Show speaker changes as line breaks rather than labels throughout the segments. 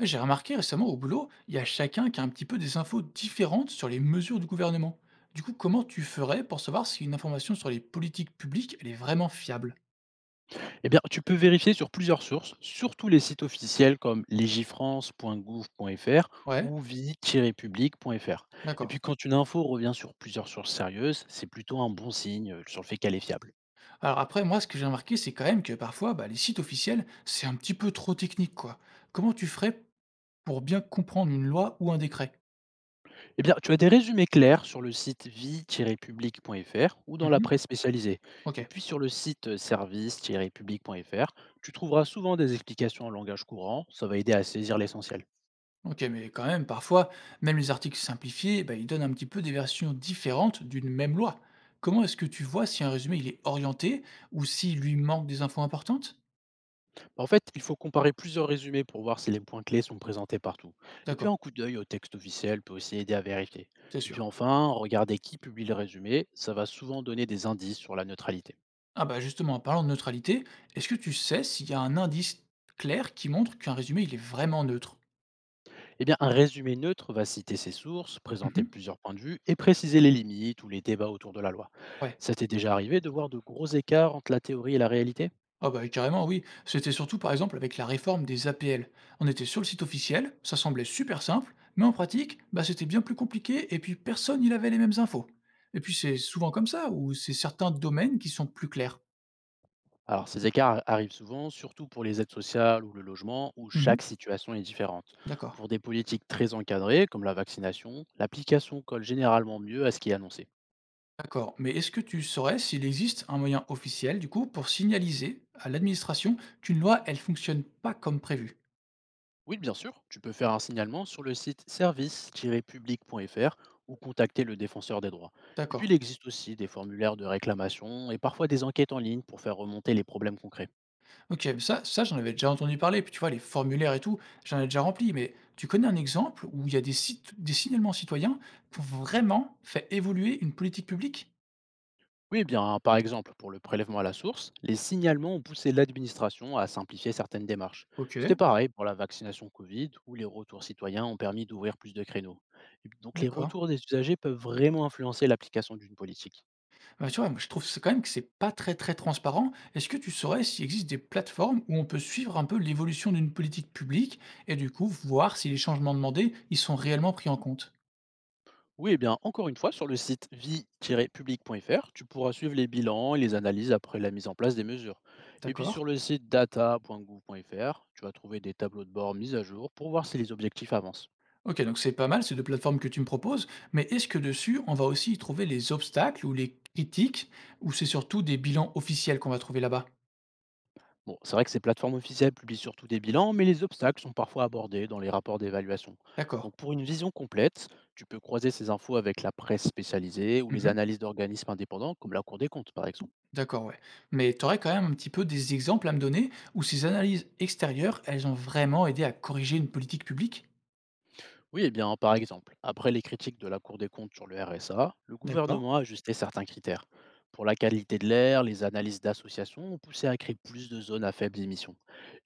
Ouais, j'ai remarqué récemment au boulot, il y a chacun qui a un petit peu des infos différentes sur les mesures du gouvernement. Du coup, comment tu ferais pour savoir si une information sur les politiques publiques, elle est vraiment fiable?
Eh bien, tu peux vérifier sur plusieurs sources, surtout les sites officiels comme légifrance.gouv.fr
Ouais,
ou vie-public.fr. Et
d'accord.
puis, quand une info revient sur plusieurs sources sérieuses, c'est plutôt un bon signe sur le fait qu'elle est fiable.
Alors après, moi, ce que j'ai remarqué, c'est quand même que parfois, bah, les sites officiels, c'est un petit peu trop technique, quoi. Comment tu ferais pour bien comprendre une loi ou un décret?
Eh bien, tu as des résumés clairs sur le site vie-public.fr ou dans la
Mhm.
presse spécialisée. Et
Ok.
puis, sur le site service-public.fr, tu trouveras souvent des explications en langage courant. Ça va aider à saisir l'essentiel.
OK, mais quand même, parfois, même les articles simplifiés, bah, ils donnent un petit peu des versions différentes d'une même loi. Comment est-ce que tu vois si un résumé il est orienté ou s'il lui manque des infos importantes?
En fait, il faut comparer plusieurs résumés pour voir si les points clés sont présentés partout. Et puis
D'accord,
un coup d'œil au texte officiel peut aussi aider à vérifier.
c'est
Et puis
sûr.
enfin, regarder qui publie le résumé, ça va souvent donner des indices sur la neutralité.
Ah bah justement, en parlant de neutralité, est-ce que tu sais s'il y a un indice clair qui montre qu'un résumé il est vraiment neutre?
Eh bien, un résumé neutre va citer ses sources, présenter
Mhm,
plusieurs points de vue et préciser les limites ou les débats autour de la loi.
ouais.
Ça t'est déjà arrivé de voir de gros écarts entre la théorie et la réalité?
Ah bah, carrément oui. C'était surtout par exemple avec la réforme des APL. On était sur le site officiel, ça semblait super simple, mais en pratique, bah, c'était bien plus compliqué et puis personne n'y avait les mêmes infos. Et puis c'est souvent comme ça, ou c'est certains domaines qui sont plus clairs.
Alors, ces écarts arrivent souvent, surtout pour les aides sociales ou le logement, où
Mhm.
chaque situation est différente.
D'accord.
Pour des politiques très encadrées, comme la vaccination, l'application colle généralement mieux à ce qui est annoncé.
D'accord. Mais est-ce que tu saurais s'il existe un moyen officiel, du coup, pour signaliser à l'administration qu'une loi, elle fonctionne pas comme prévu?
Oui, bien sûr, tu peux faire un signalement sur le site service-public.fr ou contacter le défenseur des droits. Et puis,
D'accord.
il existe aussi des formulaires de réclamation et parfois des enquêtes en ligne pour faire remonter les problèmes concrets.
OK, mais ça j'en avais déjà entendu parler, puis tu vois les formulaires et tout, j'en ai déjà rempli, mais tu connais un exemple où il y a des sites des signalements citoyens qui ont vraiment fait évoluer une politique publique?
Oui, eh bien, par exemple, pour le prélèvement à la source, les signalements ont poussé l'administration à simplifier certaines démarches. C'était
OK,
pareil pour la vaccination Covid, où les retours citoyens ont permis d'ouvrir plus de créneaux. Et puis, donc, les
d'accord.
retours des usagers peuvent vraiment influencer l'application d'une politique.
Bah, tu vois, moi je trouve c'est quand même que c'est pas très, très transparent. Est-ce que tu saurais s'il existe des plateformes où on peut suivre un peu l'évolution d'une politique publique et du coup voir si les changements demandés, ils sont réellement pris en compte?
Oui, eh bien, encore une fois, sur le site vie-public.fr, tu pourras suivre les bilans et les analyses après la mise en place des mesures. Et puis
D'accord.
sur le site data.gouv.fr, tu vas trouver des tableaux de bord mis à jour pour voir si les objectifs avancent.
Ok, donc c'est pas mal ces deux plateformes que tu me proposes, mais est-ce que dessus, on va aussi y trouver les obstacles ou les critiques, ou c'est surtout des bilans officiels qu'on va trouver là-bas?
Bon, c'est vrai que ces plateformes officielles publient surtout des bilans, mais les obstacles sont parfois abordés dans les rapports d'évaluation.
D'accord.
Donc pour une vision complète, tu peux croiser ces infos avec la presse spécialisée ou les
Mhm.
analyses d'organismes indépendants comme la Cour des comptes par exemple.
D'accord, ouais. Mais tu aurais quand même un petit peu des exemples à me donner où ces analyses extérieures, elles ont vraiment aidé à corriger une politique publique?
Oui, eh bien par exemple, après les critiques de la Cour des comptes sur le RSA, le
D'accord.
gouvernement a ajusté certains critères. Pour la qualité de l'air, les analyses d'associations ont poussé à créer plus de zones à faibles émissions.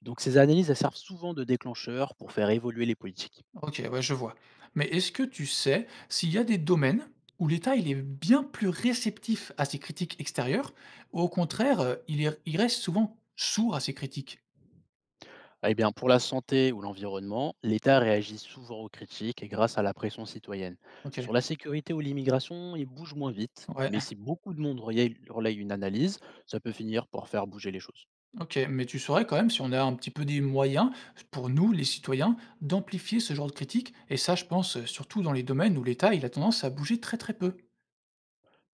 Donc ces analyses, elles servent souvent de déclencheur pour faire évoluer les politiques.
Ok, ouais, je vois. Mais est-ce que tu sais s'il y a des domaines où l'État, il est bien plus réceptif à ces critiques extérieures, ou au contraire, il reste souvent sourd à ces critiques?
Eh bien, pour la santé ou l'environnement, l'État réagit souvent aux critiques et grâce à la pression citoyenne.
Ok.
Sur la sécurité ou l'immigration, il bouge moins vite, mais
Ouais.
si beaucoup de monde relaye une analyse, ça peut finir par faire bouger les choses.
OK, mais tu saurais quand même si on a un petit peu des moyens, pour nous, les citoyens, d'amplifier ce genre de critique. Et ça, je pense, surtout dans les domaines où l'État, il a tendance à bouger très, très peu.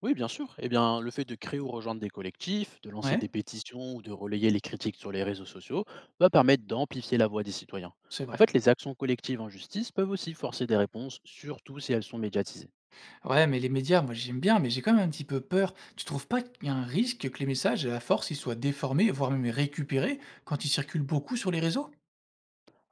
Oui, bien sûr. Eh bien, le fait de créer ou rejoindre des collectifs, de lancer
Ouais,
des pétitions ou de relayer les critiques sur les réseaux sociaux va permettre d'amplifier la voix des citoyens.
c'est
En
vrai.
fait, les actions collectives en justice peuvent aussi forcer des réponses, surtout si elles sont médiatisées.
Ouais, mais les médias, moi, j'aime bien, mais j'ai quand même un petit peu peur. Tu trouves pas qu'il y a un risque que les messages, à la force, ils soient déformés, voire même récupérés quand ils circulent beaucoup sur les réseaux?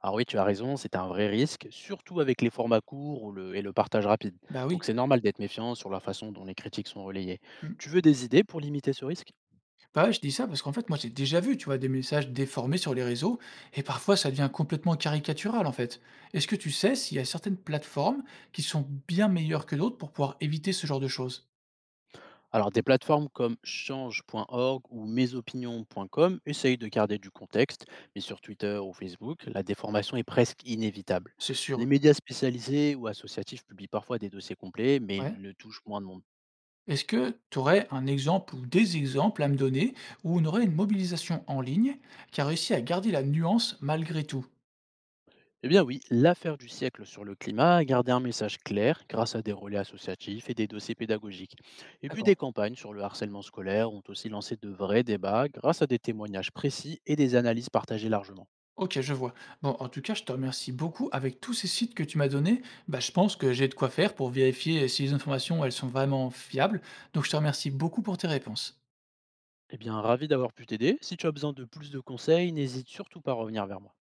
Alors oui, tu as raison, c'est un vrai risque, surtout avec les formats courts ou et le partage rapide.
Bah
Donc
oui.
c'est normal d'être méfiant sur la façon dont les critiques sont relayées.
Mmh.
Tu veux des idées pour limiter ce risque?
Bah ouais, je dis ça parce qu'en fait, moi, j'ai déjà vu, tu vois, des messages déformés sur les réseaux et parfois ça devient complètement caricatural en fait. Est-ce que tu sais s'il y a certaines plateformes qui sont bien meilleures que d'autres pour pouvoir éviter ce genre de choses?
Alors des plateformes comme change.org ou mesopinions.com essayent de garder du contexte, mais sur Twitter ou Facebook, la déformation est presque inévitable.
C'est
Les
sûr,
médias spécialisés ou associatifs publient parfois des dossiers complets, mais
ouais.
ils le touchent moins de monde.
Est-ce que tu aurais un exemple ou des exemples à me donner où on aurait une mobilisation en ligne qui a réussi à garder la nuance malgré tout?
Eh bien oui, l'affaire du siècle sur le climat a gardé un message clair grâce à des relais associatifs et des dossiers pédagogiques. Et puis des
D'accord.
campagnes sur le harcèlement scolaire ont aussi lancé de vrais débats grâce à des témoignages précis et des analyses partagées largement.
OK, je vois. Bon, en tout cas, je te remercie beaucoup. Avec tous ces sites que tu m'as donnés, bah, je pense que j'ai de quoi faire pour vérifier si les informations, elles sont vraiment fiables. Donc, je te remercie beaucoup pour tes réponses.
Eh bien, ravi d'avoir pu t'aider. Si tu as besoin de plus de conseils, n'hésite surtout pas à revenir vers moi.